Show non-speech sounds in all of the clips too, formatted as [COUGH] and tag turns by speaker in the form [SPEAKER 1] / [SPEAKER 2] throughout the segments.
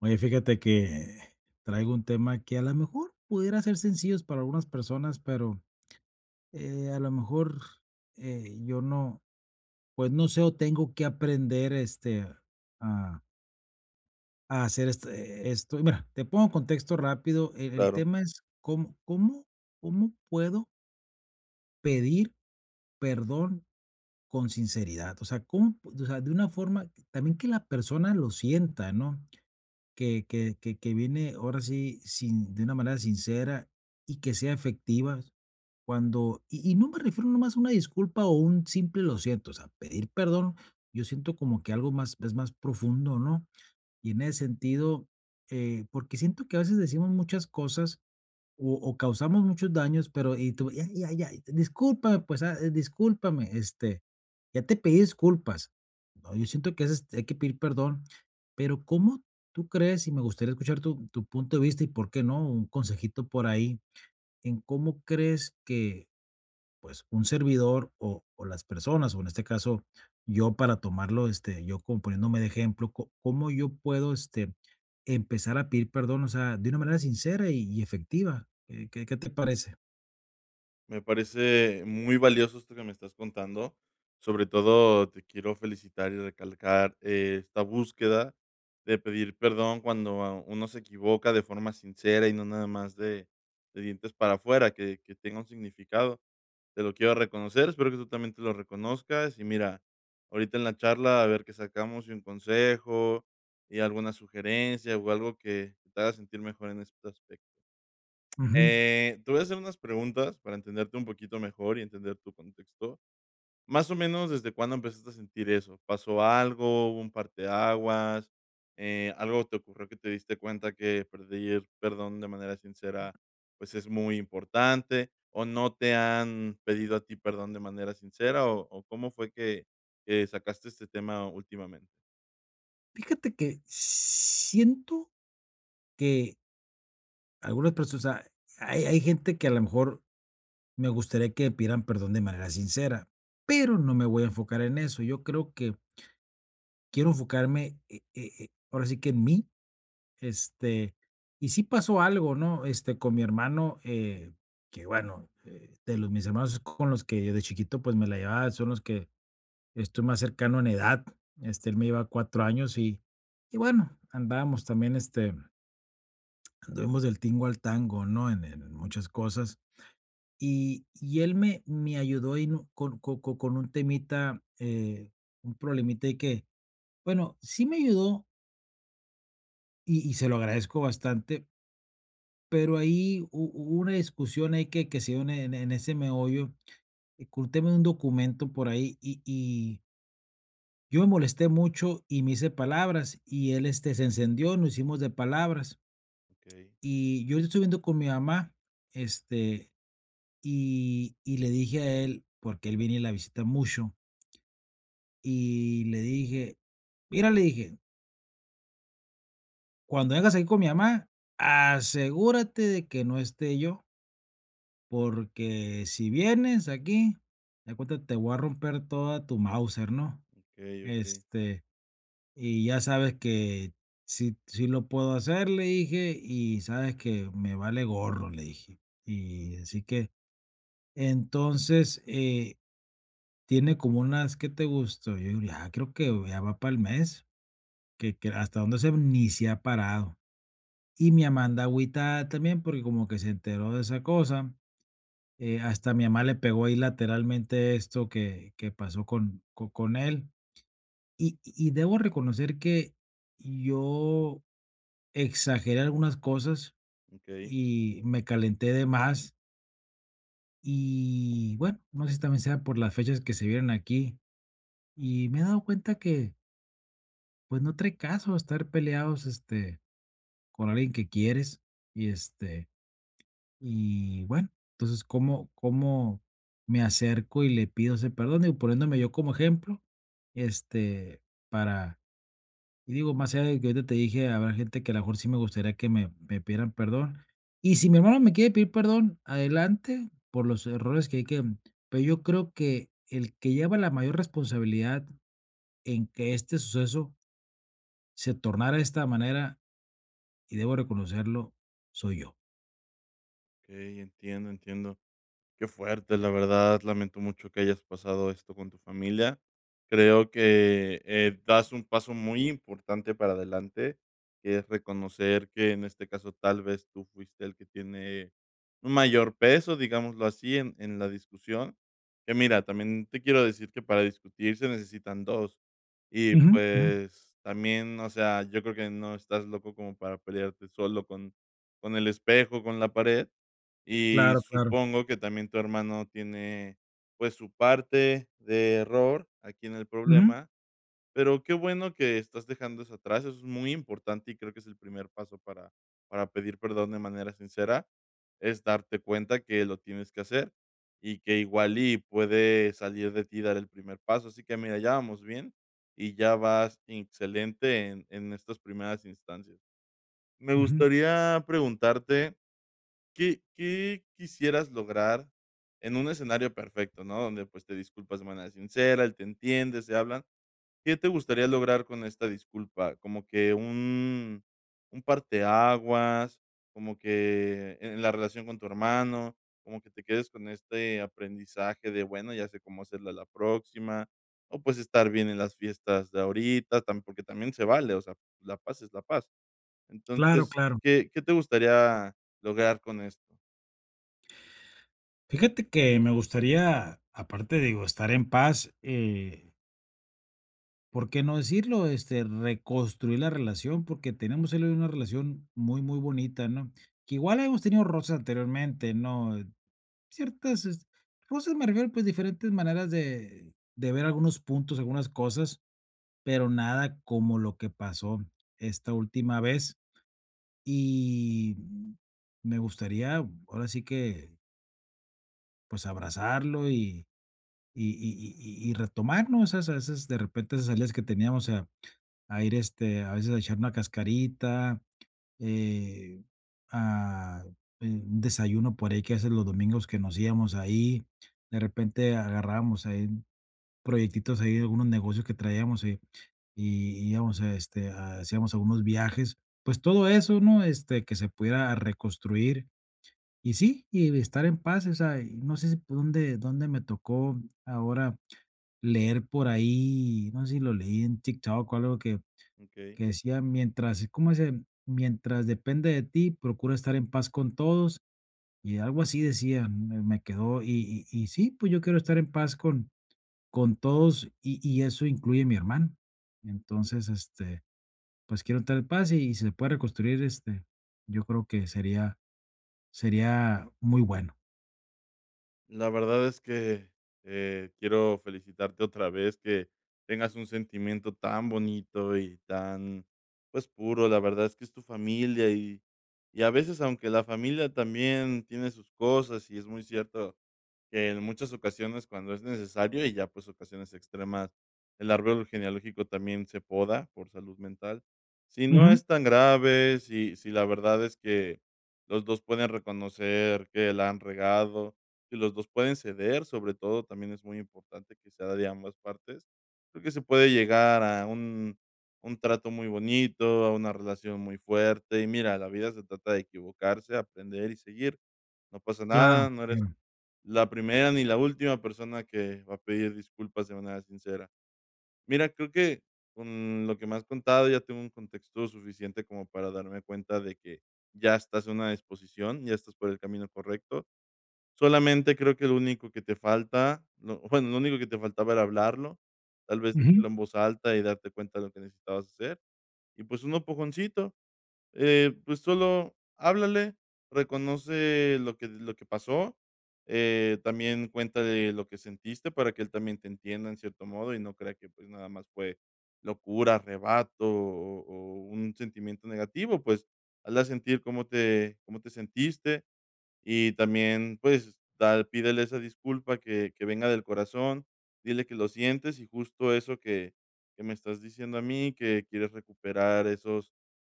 [SPEAKER 1] Oye, fíjate que traigo un tema que a lo mejor pudiera ser sencillo para algunas personas, pero, a lo mejor, yo no, pues, no sé, o tengo que aprender, a a hacer esto. Y mira, te pongo contexto rápido. El
[SPEAKER 2] Claro,
[SPEAKER 1] tema es cómo puedo pedir perdón con sinceridad. O sea, cómo, de una forma también que la persona lo sienta, ¿no? Que viene ahora sí sin de una manera sincera y que sea efectiva cuando y no me refiero nomás a una disculpa o un simple lo siento, o sea, pedir perdón. Yo siento como que algo más es más profundo, ¿no? Y en ese sentido, porque siento que a veces decimos muchas cosas o causamos muchos daños, pero y tú: "Ya, ya, ya, discúlpame, pues, discúlpame, ya te pedí disculpas". No, yo siento que es hay que pedir perdón, pero, ¿cómo tú crees? Y me gustaría escuchar tu punto de vista y, ¿por qué no?, un consejito por ahí, en cómo crees que, pues, un servidor o las personas, o en este caso, yo para tomarlo, yo como poniéndome de ejemplo, co ¿cómo yo puedo, empezar a pedir perdón? O sea, de una manera sincera y efectiva, ¿qué te parece?
[SPEAKER 2] me parece muy valioso esto que me estás contando. Sobre todo, te quiero felicitar y recalcar, esta búsqueda de pedir perdón cuando a uno se equivoca de forma sincera y no nada más de dientes para afuera, que tenga un significado. Te lo quiero reconocer, espero que tú también te lo reconozcas. Y mira, ahorita en la charla a ver qué sacamos, y un consejo, y alguna sugerencia, o algo que te haga sentir mejor en este aspecto.
[SPEAKER 1] Ujú.
[SPEAKER 2] Te voy a hacer unas preguntas para entenderte un poquito mejor y entender tu contexto. Más o menos, ¿desde cuándo empezaste a sentir eso? ¿Pasó algo? ¿Hubo un parteaguas? ¿Algo te ocurrió que te diste cuenta que pedir perdón de manera sincera, pues, es muy importante? ¿O no te han pedido a ti perdón de manera sincera? ¿O cómo fue que sacaste este tema últimamente?
[SPEAKER 1] Fíjate que siento que algunas personas, o sea, hay gente que a lo mejor me gustaría que pidan perdón de manera sincera, pero no me voy a enfocar en eso. Yo creo que quiero enfocarme, ahora sí que en mí. Este, y sí pasó algo, ¿no? Con mi hermano, que bueno, de los mis hermanos con los que de chiquito, pues, me la llevaba, son los que estoy más cercano en edad. Él me lleva 4 años y bueno, andábamos también, anduvimos del tingo al tango, ¿no? En muchas cosas. Y él me ayudó y no con co co con un temita, un problemita ahí que, bueno, sí me ayudó y se lo agradezco bastante, pero ahí hu hubo una discusión ahí que se dio en ese meollo, ocultéme un documento por ahí y yo me molesté mucho y me hice palabras y él, se encendió, nos hicimos de palabras
[SPEAKER 2] Okey,
[SPEAKER 1] y yo estoy viendo con mi mamá, este, y le dije a él, porque él viene y la visita mucho, y le dije: "Mira", le dije: "Cuando vengas aquí con mi mamá, asegúrate de que no esté yo. Porque si vienes aquí, de cuenta, te voy a romper toda tu Mauser, ¿no?"
[SPEAKER 2] okey, okey,
[SPEAKER 1] Este, y ya sabes que sí, sí lo puedo hacer, le dije, y sabes que me vale gorro, le dije. Y así que, entonces, tiene como unas, ¿qué te gustó? Yo ya creo que ya va para el mes, que hasta donde se ni se ha parado. Y mi Amanda agüitada también, porque como que se enteró de esa cosa. Hasta mi mamá le pegó ahí lateralmente esto que pasó con co con él. Y debo reconocer que yo exageré algunas cosas
[SPEAKER 2] okey,
[SPEAKER 1] y me calenté de más. Y bueno, no sé si también sea por las fechas que se vieron aquí. Y me he dado cuenta que, pues, no trae caso estar peleados, con alguien que quieres y, y bueno, entonces, ¿cómo me acerco y le pido ese perdón? Digo, poniéndome yo como ejemplo, este, para, y digo, más allá de que ahorita te dije, habrá gente que a lo mejor sí me gustaría que me pidieran perdón. Y si mi hermano me quiere pedir perdón, adelante por los errores que hay que, pero yo creo que el que lleva la mayor responsabilidad en que este suceso se tornara de esta manera, y debo reconocerlo, soy yo.
[SPEAKER 2] okey, entiendo, entiendo. Qué fuerte, la verdad, lamento mucho que hayas pasado esto con tu familia. Creo que, das un paso muy importante para adelante, que es reconocer que en este caso tal vez tú fuiste el que tiene un mayor peso, digámoslo así, en la discusión. Que mira, también te quiero decir que para discutir se necesitan 2. Y,
[SPEAKER 1] Ujú, ujú.
[SPEAKER 2] pues, también, o sea, yo creo que no estás loco como para pelearte solo con el espejo, con la pared. Y
[SPEAKER 1] Claro, claro.
[SPEAKER 2] supongo que también tu hermano tiene, pues, su parte de error aquí en el
[SPEAKER 1] Ujú,
[SPEAKER 2] problema, pero qué bueno que estás dejando eso atrás, eso es muy importante y creo que es el primer paso para pedir perdón de manera sincera, es darte cuenta que lo tienes que hacer y que igual y puede salir de ti dar el primer paso. Así que mira, ya vamos bien y ya vas excelente en estas primeras instancias. Me
[SPEAKER 1] ujú.
[SPEAKER 2] gustaría preguntarte, ¿qué quisieras lograr en un escenario perfecto, no? Donde, pues, te disculpas de manera sincera, él te entiende, se hablan. ¿Qué te gustaría lograr con esta disculpa? Como que un parteaguas, como que en la relación con tu hermano, como que te quedes con este aprendizaje de, bueno, ya sé cómo hacerla la próxima, o, pues, estar bien en las fiestas de ahorita, tam porque también se vale, o sea, la paz es la paz.
[SPEAKER 1] Claro,
[SPEAKER 2] Entonces,
[SPEAKER 1] claro.
[SPEAKER 2] ¿qué te gustaría lograr con esto?
[SPEAKER 1] Fíjate que me gustaría, aparte, digo, estar en paz, ¿por qué no decirlo? Reconstruir la relación, porque tenemos él y yo una relación muy, muy bonita, ¿no? Que igual hemos tenido roces anteriormente, ¿no? Ciertas, roces me refiero, pues, diferentes maneras de ver algunos puntos, algunas cosas, pero nada como lo que pasó esta última vez. Y me gustaría, ahora sí que, pues, abrazarlo y retomar, ¿no? Esas a veces, de repente, esas salidas que teníamos a ir, a veces a echar una cascarita, eh, a un desayuno por ahí que a los domingos que nos íbamos ahí, de repente agarrábamos ahí proyectitos ahí algunos negocios que traíamos y íbamos a hacíamos algunos viajes. Pues todo eso, ¿no? Que se pudiera reconstruir y sí, y estar en paz, o sea, y no sé si por dónde me tocó ahora leer por ahí, no sé si lo leí en TikTok o algo que,
[SPEAKER 2] Okey.
[SPEAKER 1] que decía, mientras, ¿cómo se? Mientras depende de ti, procura estar en paz con todos y algo así decía, me quedó y sí, pues yo quiero estar en paz con todos y eso incluye a mi hermano. Entonces, pues quiero estar en paz y si se puede reconstruir, yo creo que sería muy bueno.
[SPEAKER 2] La verdad es que, quiero felicitarte otra vez que tengas un sentimiento tan bonito y tan, pues, puro. La verdad es que es tu familia y a veces, aunque la familia también tiene sus cosas, y es muy cierto que en muchas ocasiones cuando es necesario y ya, pues, ocasiones extremas, el árbol genealógico también se poda por salud mental. Si no
[SPEAKER 1] Ujú,
[SPEAKER 2] es tan grave, si la verdad es que los 2 pueden reconocer que la han regado, si los 2 pueden ceder, sobre todo, también es muy importante que sea de ambas partes, porque se puede llegar a un trato muy bonito, a una relación muy fuerte. Y mira, la vida se trata de equivocarse, aprender y seguir. No pasa
[SPEAKER 1] claro.
[SPEAKER 2] nada, no eres
[SPEAKER 1] Claro.
[SPEAKER 2] la primera ni la última persona que va a pedir disculpas de manera sincera. Mira, creo que con lo que me has contado ya tengo un contexto suficiente como para darme cuenta de que ya estás en una disposición, ya estás por el camino correcto. Solamente creo que lo único que te falta, [LAUGHS] bueno, lo único que te faltaba era hablarlo, tal vez
[SPEAKER 1] Ujú.
[SPEAKER 2] decirlo en voz alta y darte cuenta de lo que necesitabas hacer. Y pues un empujoncito, pues solo háblale, reconoce lo que pasó, también cuéntale lo que sentiste para que él también te entienda en cierto modo y no crea que, pues, nada más fue locura, arrebato o un sentimiento negativo, pues, hazla sentir cómo te sentiste. Y también, pues, da pídele esa disculpa que venga del corazón, dile que lo sientes y justo eso que me estás diciendo a mí, que quieres recuperar esos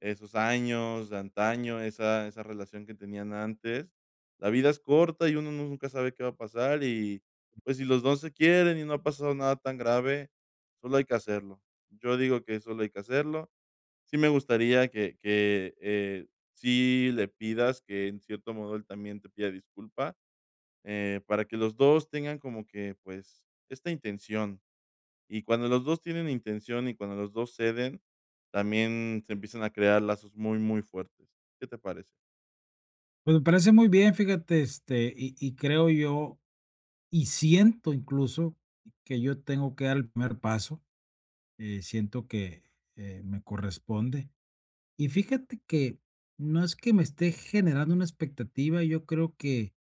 [SPEAKER 2] años de antaño, esa relación que tenían antes. La vida es corta y uno nunca sabe qué va a pasar y, pues, si los 2 se quieren y no ha pasado nada tan grave, solo hay que hacerlo. Yo digo que solo hay que hacerlo. Sí me gustaría que que sí le pidas que, en cierto modo, él también te pida disculpa, para que los 2 tengan como que, pues, esta intención. Y cuando los 2 tienen intención y cuando los 2 ceden, también se empiezan a crear lazos muy, muy fuertes. ¿Qué te parece?
[SPEAKER 1] Pues me parece muy bien, fíjate, y creo yo y siento incluso que yo tengo que dar el primer paso, siento que, me corresponde. Y fíjate que no es que me esté generando una expectativa, yo creo que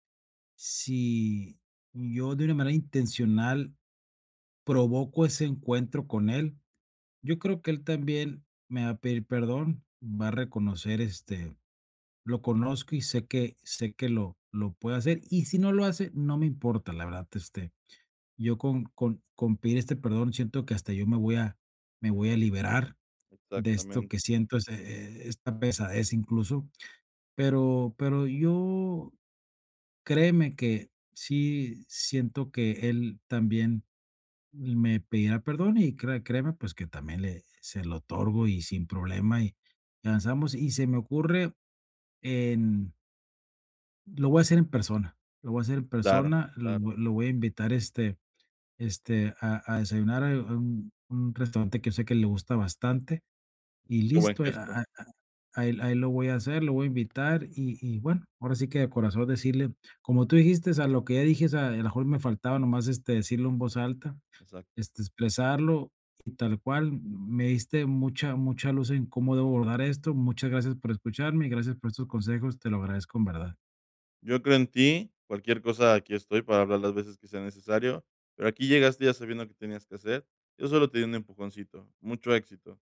[SPEAKER 1] si yo de una manera intencional provoco ese encuentro con él, yo creo que él también me va a pedir perdón, va a reconocer, lo conozco y sé que lo puede hacer, y si no lo hace, no me importa, la verdad. Yo con pedir este perdón siento que hasta yo me voy a liberar de esto
[SPEAKER 2] Exactamente.
[SPEAKER 1] que siento, es esta pesadez incluso, pero yo créeme que sí siento que él también me pedirá perdón y créeme, pues, que también le se lo otorgo y sin problema y avanzamos. Y se me ocurre en lo voy a hacer en persona, lo voy a hacer en
[SPEAKER 2] Claro,
[SPEAKER 1] persona,
[SPEAKER 2] claro.
[SPEAKER 1] lo voy a invitar, a desayunar a un restaurante que yo sé que le gusta bastante y
[SPEAKER 2] Qué buen
[SPEAKER 1] listo,
[SPEAKER 2] gesto.
[SPEAKER 1] a él lo voy a hacer, lo voy a invitar y bueno, ahora sí que de corazón decirle, como tú dijiste, a lo que ya dije, o a lo mejor me faltaba nomás, decirlo en voz alta,
[SPEAKER 2] Exacto.
[SPEAKER 1] expresarlo y tal cual. Me diste mucha mucha luz en cómo debo abordar esto. Muchas gracias por escucharme y gracias por estos consejos. Te lo agradezco en verdad.
[SPEAKER 2] Yo creo en ti. Cualquier cosa, aquí estoy para hablar las veces que sea necesario, pero aquí llegaste ya sabiendo que tenías que hacer. Yo solo te di un empujoncito. Mucho éxito.